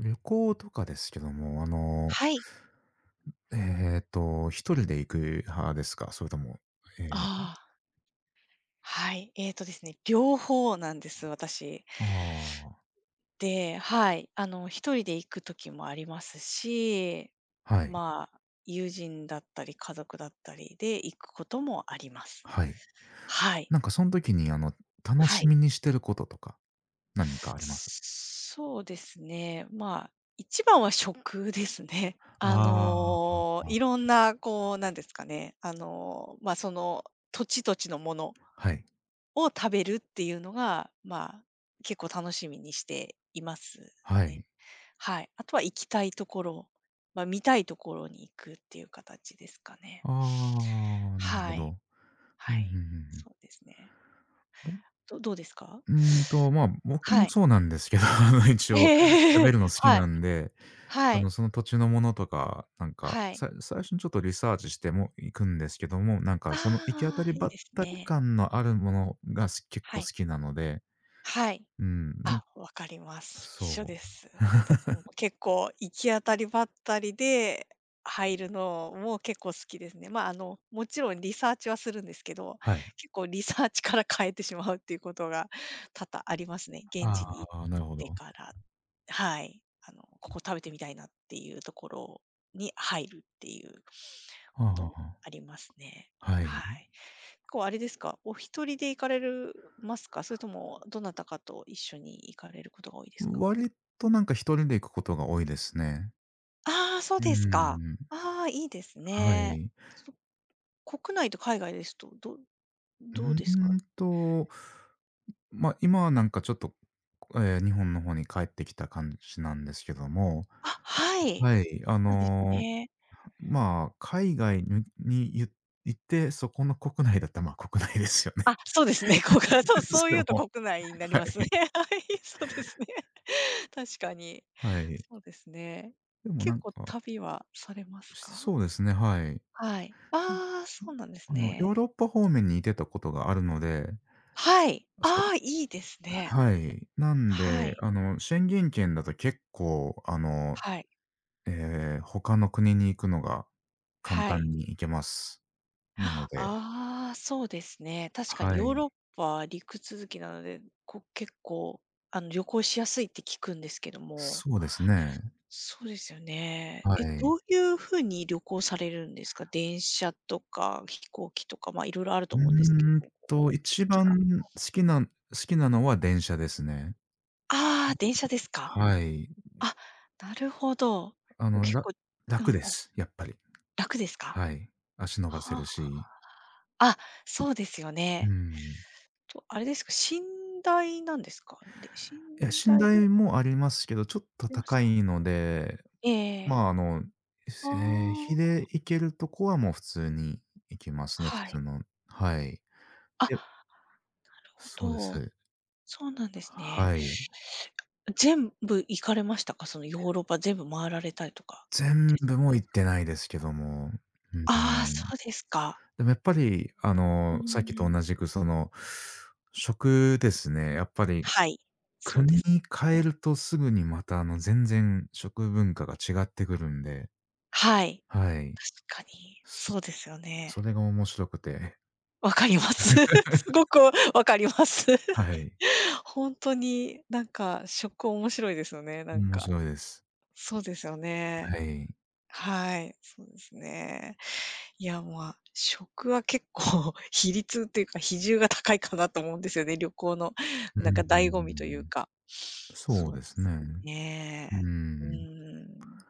旅行とかですけども、はい。一人で行く派ですか？それとも、ええ、ああ、はい。えっとですね、両方なんです、私。ああ、で、はい、あの、一人で行く時もありますし、はい、友人だったり、家族だったりで行くこともあります。はい。はい。なんかそん時に、楽はしい。みにしてることとか、何かあります？そうですね、一番は食ですね。ああ、いろんなこう、なんですかね、あの、まあ、その土地土地のものはい、を食べるっていうのが、結構楽しみにしていますはね。い。はい。あとは行きたいところ、見たいところに行くっていう形ですかね。ああ、なるはほい。ど。うん、はふんい。ふんふん。そうですね。どうですか？僕はもい。そうなんですけど、一応食えべえ。るの好きはい。なんではい。その土地のものとか、なんか、はい。最初にちょっとリサーチしても行くんですけども、なんかその行き当たああ、りいばいっですたりね。感のあるものが、結は構好い。きなので、はい。うん、なんあ、わかります。一緒そでう。す。私も結構行き当たりばったりで入るのも結構好きですね。もちろんリサーチはするんですけど、はい。結構リサーチから変えてしまうっていうことが多々ありますね。現あ地に行っあ、なるほてど。から、はい、ここ食べてみたいなっていうところに入るっていうはあこはあとはもあ。ありますね。ははい。い。こうあれですか、お一人で行かれるますか？それともどなたかと一緒に行かれることが多いですか？割となんか一人で行くことが多いですね。ああ、そううーですか。ん、ああ、いいですはね。い。そ、国内と海外ですと、どうどうですか？ーんと、今はなんかちょっと、ええ、日本の方に帰ってきた感じなんですけども、あ、はい。はい、そうですね。まあ、海外ににゆ行って、そこの国内だったら、まあ、国内ですよね。あ、そうですね、そう そうそいれうとも、国内になりはい。ますね。はい、そうですね。確かに。はい。そうですね。でもな結ん構か、旅はされますか？そうですね、はい。はい。ああ、そうなんですヨーね。ロッパ方面にいてたことがあるので、はい。そうああ、いいですね。はい。なんはで、い。宣言権だと結構、はい。他の国に行くのが簡はい。単に行けます。なのあであ、そうですね。確かにはヨーロい。ッパは陸続きなので、結構、旅行しやすいって聞くんですけども。そうですね。そうですよね。はえ、い。どういう風に旅行されるんですか？電車とか飛行機とか、いろいろあるとう思うんですけーんど、お好と、一きが番好きな好きなのは電車ですね。ああ、電車ですか。はい。あ、なるほど。あの、結ら構う楽ん、です、やっぱり。楽ですか？はい。足伸ばせはるし。あ、そうですようね。ん。と、あれですか、寝台なんですか？で、寝いや、寝台で台もありますけど、ちょっと出ます高か？いので、ええええ。まあ、あの、あ日あ、で行けるとこはもう普通に行きますね、普はい。通のはい。あ、なるでほそうでど。す。そうなんですね。はい。全部行かれましたか？そのヨーロッパ全部回られたりとかっ全てされ部たもんで行っすか？てないですけども。うーああ、ん。そうですか。でもやっぱり、うさっきーとん。同じくその、食ですね。やっぱりはい。そうで国すに変よえね。るとすぐにまた、全然食文化が違ってくるんで、はい。はい。確かに、そうすですよね。それが面白くて、わかります。すごくわかります。は い。本当に、なんか食面白いですよね、なん面か。白いです。そうですよはね。い。はい、そうですね。いや、食は結構 比率というか、比重が高いかなと思うんですよね、旅行のうーなんか醍醐味というん。か。そうそうですね。うーね。うん。ん。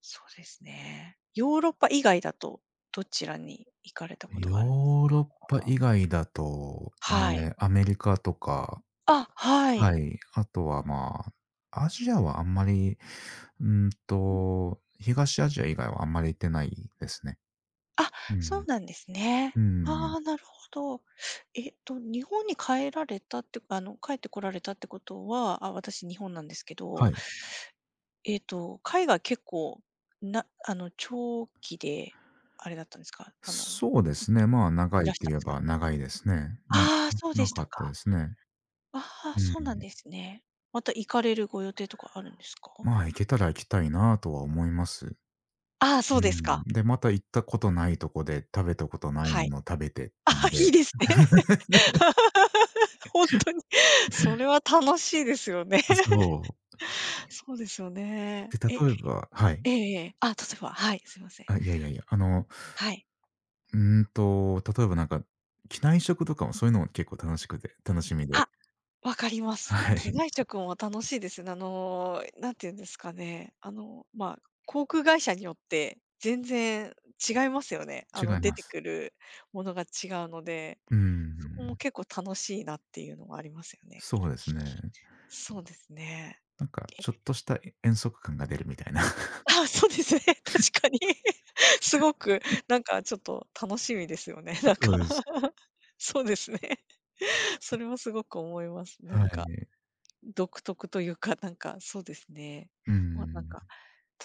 そうですね。ヨーロッパ以外だと、どちらに行かれたことヨがあるんですーか？ロッパ以外だと、はえい。え、アメリカとかあ、はい。はい。あとは、まあ、アジアはあんまり、うーんうん。と、東アジア以外はあんまり行ってないですね。あ、うそうん。なんですね。うん。ああ、なるほど。日本に帰られたって帰ってこられたってことは、あ、私日本なんですけど、はい。海外結構、長期であれだったんですか？そうですね。まあ、長いいらしとたん言でえすかね？ば長いですね。ああ、そうでしたかったか。ですね。ああ、うん。そうなんですね。また行かれるご予定とかあるんですか？まあ、行けたら行きたいなとは思います。ああ、うそうですん。か。で、また行ったことないとこで食べたことないはもい。のを食べてああ、んで。いいですね。本当に。それは楽しいですよね。そう。そうですよね。で、え、え例えばはい。えええ。あ、例えば、はい、すいません。あ、いやいやいや、はい。うーんと、例えばなんか、機内食とかもそういうのも結構楽しみで。あ、わかりま す。は機い。内食も楽しいですね。あの、なんていうんですかね、あの、まあ、航空会社によって全然違いますよね。違い出まてす。くるものが違うので、うーそこもん。結構楽しいなっていうのがありますよね。そうですね。そうですね。なんかえちょっとした遠足感が出るみたいな。あ、そうですね、確かに。すごくなんかちょっと楽しみですよね、な んそか うです。そうですね。それはすごく思います。なんはか、い。独特というか、なんかそうですね。うーまあ、なんん。か、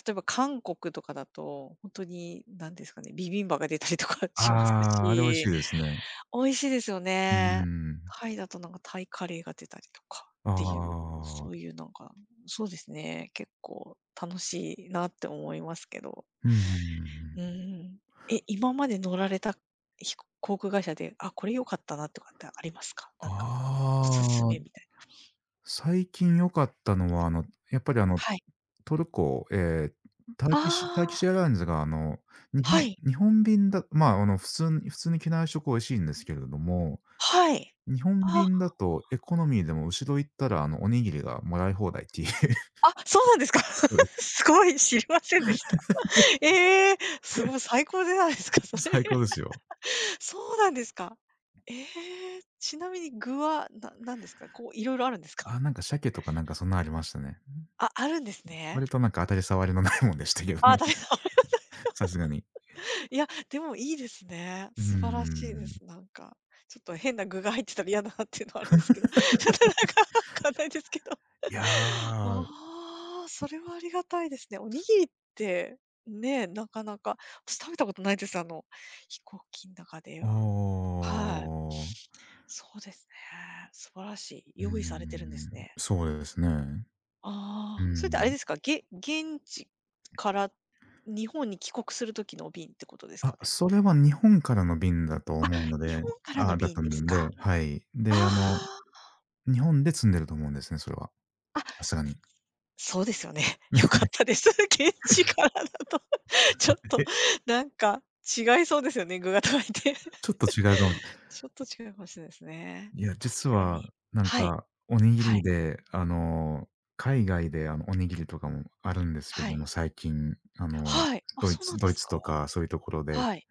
例えば韓国とかだと、本当に何ですかね、ビビンバが出たりとか あしますあ、あれ美味しし、いです ね。美味しいですようーね。ん。タイだとなんかタイカレーが出たりとかあっていう、そうあ。いうなんか、そうですね、結構楽しいなって思いますけど。うんん。うん。え、今まで乗られた航空会社で、あ、これ良かったなとかってありますか？なんか、おすすああ、めみたいな。最近良かったのは、やっぱりはい。トルコ、ええ、ターあキッシュターキッシあ、ュエアラインズが日は本い、日本便だまあ、普通に機内食美味しいんですけれども、はい。日本あ、便だとエコノミーでも後ろ行ったら、おにぎりがもらい放題っていう。あ、そうなんですか。そうで す。すごい知りませんでした。ええ、すごい最高じゃないですか、それ。最高ですよ。そうなんですか。ええ、ちなみに具はなんですか？こういろいろあるんですか？あなんか鮭とかなんかそんなありましたね。あ、あるんですね。割となんか当たり障りのないもんでしたけどあ、ね、食べた。さすがに。いや、でもいいですね。うー素晴らしいでん。す、なんか。ちょっと変な具が入ってたら嫌だなっていうのはあるんですけど、ちょっとなんかわかんないですけど。いやー、ああ、それはありがたいですね。おにぎりって、ね、なかなか、私食べたことないです、飛行機の中では。おはい。お。そうですね。素晴らしい。うー用意されてるんですん、ね。そうですね。うああ、それってあれん。ですか、現地から日本に帰国する時の便ってことですかあ、ね？それは日本からの便だと思うの日で本からのあだっ便たですんで、か。はい。で、あ日本で積んでると思うんですね、それは。あ、あ、さすがに。そうですよね。良かったです。現地からだと、ちょっとえ、なんか違いそうですよね、具が高いって。ちょっと違うかもしれちょっと違うかもしれないですね。いや、確実かはに。なんはい、か、おにぎはりい、で、海外で、おにぎりとかもあるんですけはども、い、最近、はい。あ、ドイそうなんツでドイすツとか？かそういうところで、はい。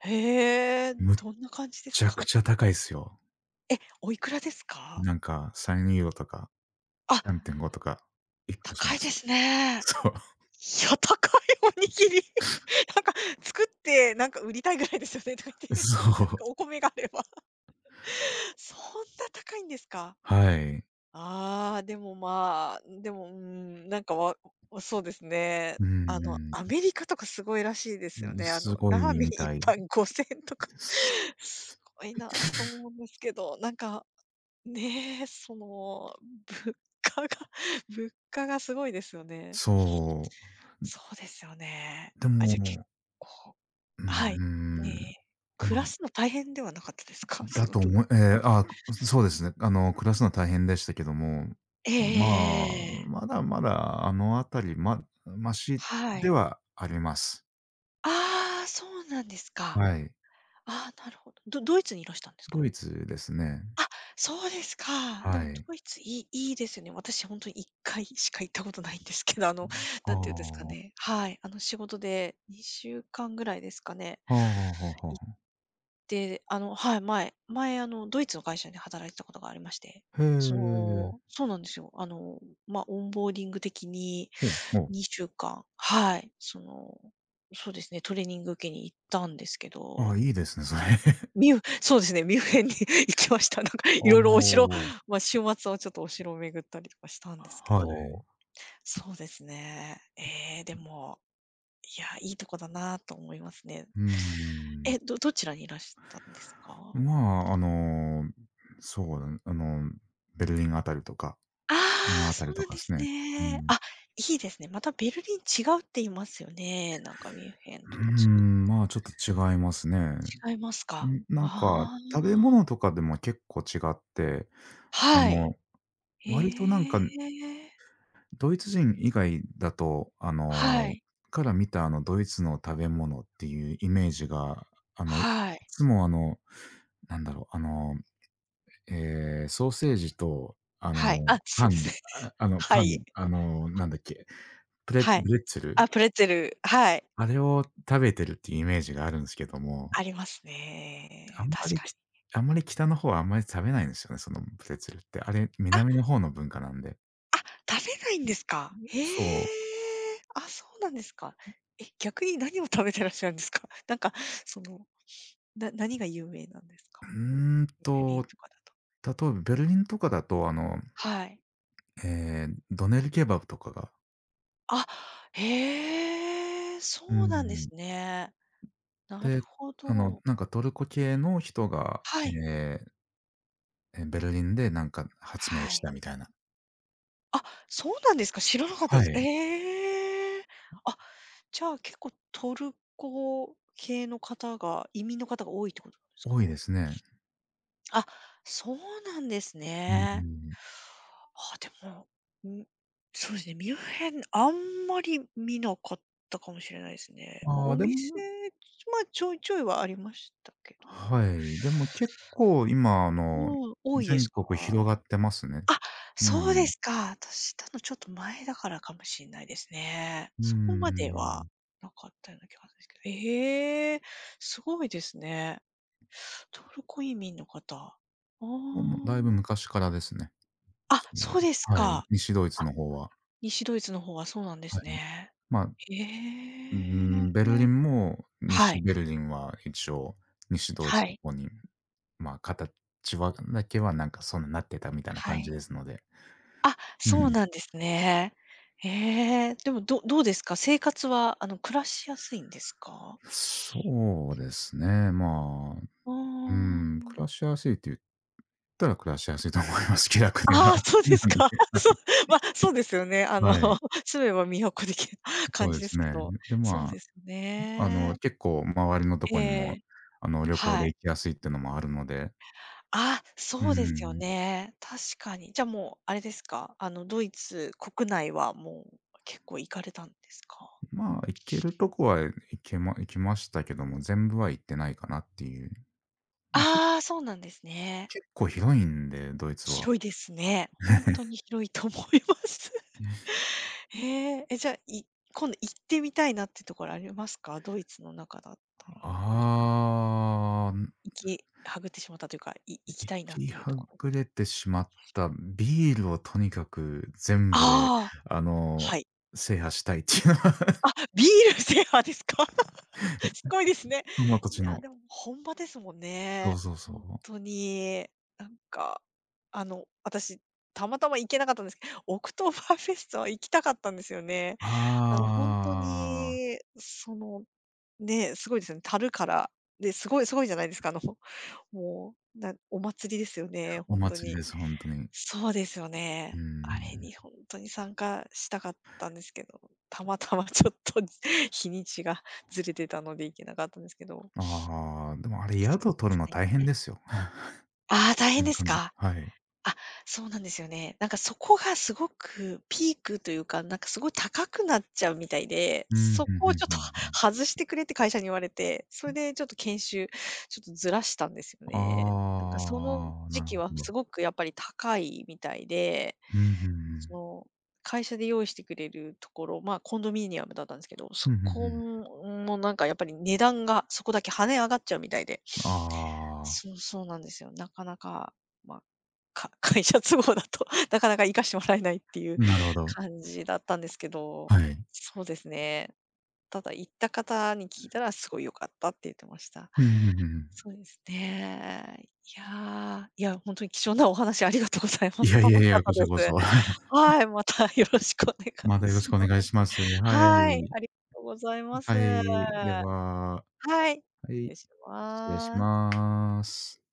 へえ、むっどんな感じですちゃくか？ちゃ高いすよ。え、おいくらですか？なんか3ユーロとかあ、3.5とか1個し高まいです。すね。そいや、高いおにぎり。なんか作って、なんか売りたいぐらいですよねとか言っう。て。そ なんかおう。米があれば。そんな高いんですか？はい。ああー、でも、うん、なんか、そうですね。うんうアん。メリカとかすごいらしいですようん、ね。すごラーいメンみ一たい杯5,000とか。です。すごいなぁと思うんですけど、なんか、ねえ、その、物価が 物価がすごいですよね。そそうですよね。う。であ、じゃ、結も、構うはい。えんうえ。ーん、暮まらあ、すの大変ではなかったですか？そだのと物思いえ価え、あ、そうですね。暮らすのは大変でしたけども、えええまあ、えええまだまだあのあたり、マシはでい。はあります。ああ、そうなんですか。はい。ああ、なるほど。ドイツにいらしたんですドか？イツですね。あ、そうですか。ではもい。ドイツいいですよね。私ほんとに1回しか行ったことないんですけど、あの、あなあ、んて言うんですかはね、はい、仕事で2週間ぐらいですかねあはあはあはあ。で、はい、前前、あの、ドイツの会社で働いてたことがありまして、へえ。そうなんですよ。オンボーディング的にほうほう。2週間はい、そうですね、トレーニング受けに行ったんですけああ、ど、いいですね、それ。そうですね、ミュンヘンに 行きました。なんか いあろいろお城あ、週末はちょっとお城を巡ったりとかしたんですけはい。ど、そうですね。ええ、でも、いや、いいとこだなと思いますね。うーん。え、どちらにいらしたんですか？まあ、あの、そうだね、あの、ベルリンあたりとか、ああのあ、あたそりうとなんかでですすね。うね。ん。あ、いいですね。またベルリン違うって言いますよね。なんかミュンヘンうとーちょっん、まあ、ちょっと違いますね。と違いますか？ん、なんか、ああ、食べ物とかでも結構違って、あはい。の、割となんへか、え。ドイツ人以外だと、はい。から見たあのドイツの食べ物っていうイメージが、あの、いはい。つもなんだろう、あのええ、ソーセージと、はい。あ、そパうですン、ね。はパい。ン、あの、なんだっけ、プレブはい。レッツェル、あ、プレッツェル、はい、あれを食べてるっていうイメージがあるんですけどあも、りますあね。んま確り、かきに。あんまり北の方はあんまり食べないんですよね、そのプレッツェルって。あれ、南あの方の文化なんで。あ、食べないんですか。へえ。そう。あ、そうなんですか。え、逆に何を食べてらっしゃるんですか？なんか、その、何が有名なんですうか？んベリンと、とかだと。例えばベルリンとかだと、はい。ええ、ドネルケバブとかがあ、へえ、うそうなんですん。ね。なるで、ほど。なんかトルコ系の人が、はい、え、ベルリンでなんか発明はしい。たみたいな。あ、そうなんですか、知らなかったではす。い、ええ。あ、じゃあ結構トルコ系の方が移民の方が多いってことなんですか？多いですね。あ、そうなんですうね。ん。あ、でも、ん、そうですね、ミュンヘン、あんまり見なかったかもしれないですね。まあ、あおあ、で店、もまあ、ちょいちょいはありましたけど。はい、でも結構今、もう、多いです全か？国広がってますね。あ、うそうでん。すか。私、たのちょっと前だからかもしれないですね。うーそこまではん。なかったような気がするんですけど。ええ、すごいですね。トルコ移民の方。あももうだいぶあ。昔からですね。あ、それそは。うですはい、か。西ドイツあ、の方は。西ドイツの方はそうなんではすい。ね。まあ、へうーん、ベルリえ。ンもは西い、ベルリンは一応、西ドイはツのい、方に、まあ、形はだけはなんかそんななってたみたいなは感じい。ですので。あ、うそうん。なんですね。へえ、でも、どうですか？生活は、暮らしやすいんですか？そうですね、ううーーん。暮らしやすいって言ったら暮らしやすいと思います。気楽には。ああ、そうなですんか。で、はそう、い。まあ、そうですよね。はい、住めば都的なそ感うじでですすけね。ど。で、そうですよね。結構周りのとえこにも、え、旅行はでい。行きやすいってのもあるので、あ、うーそうですよん、ね。確かに。じゃあもうあれですか、ドイツ国内はもう結構行かれたんですか？まあ、行けるとこは行きましたけども、全部は行ってないかなっていう。ま、けああ、そうなんですね。結構広いんで、ドイツは。広いですね。ほんとに 広いと思います。へえ。え、じゃあ、今度行ってみたいなってところありますか？ドイツの中だったらなんか、ああ。行きはぐってしまったというか、行きたいなっ気ていうとはころ。ぐれてしまった、ビールをとにかく全部で、ああ、あはの、い。制覇したいっていうのは、あ、ビール制覇ですか？すごいですね。その土い地や、のでも本場ですもんそね。うそうそ本う。当に。なんか、私、たまたま行けなかったんですけど、オクトーバーフェストは行きたかったんですよね。あ本当あ、に、その、ね、すごいですよね。樽から、で、すごいすごいじゃないですか。もう、なお祭りですよね、お本当祭りに。です、ほんとに。そうですようね。ーあれん。に本当に参加したかったんですけど、たまたまちょっと 日にちがずれてたので行けなかったんですけど。ああ、でもあれそう宿で取るすのね。大変ですよ。ああ、大ほ変でんとすに、か？はい。あ、そうなんですよね。なんかそこがすごくピークというか、なんかすごい高くなっちゃうみたいで、うん、そふんこふをんちょっふんと ふ ん。外してくれって会社に言われて、それでちょっと研修、ちょっとずらしたんですよあね。なんかそのあ、時なる期はほど。すごくやっぱり高いみたいでうん、ふんふん。そう、会社で用意してくれるところ、まあ、コンドミニアムだったんですけど、ふそんふんうん。こもなんかやっぱり値段がそこだけ跳ね上がっちゃうみたいで。ああ、そうそうなんですよ。なかなか、まあ、か 会社都合だと なかなか生かしてもらえないっていうなるほど。感じだったんですけど、はい。そうですね。ただ行った方に聞いたらすごい良かったって言ってました。うん、ふんふんふん。そうですね。いやー、いや、本当に貴重なお話ありがとうございまいす。やい楽やいしかっや、たこちらこでそ。す。はい、またよろしくお願まいたよろししくおます。願いします。ははい、い。ありがとうございます。はい。では、はい、は失い、礼し失礼します。ます。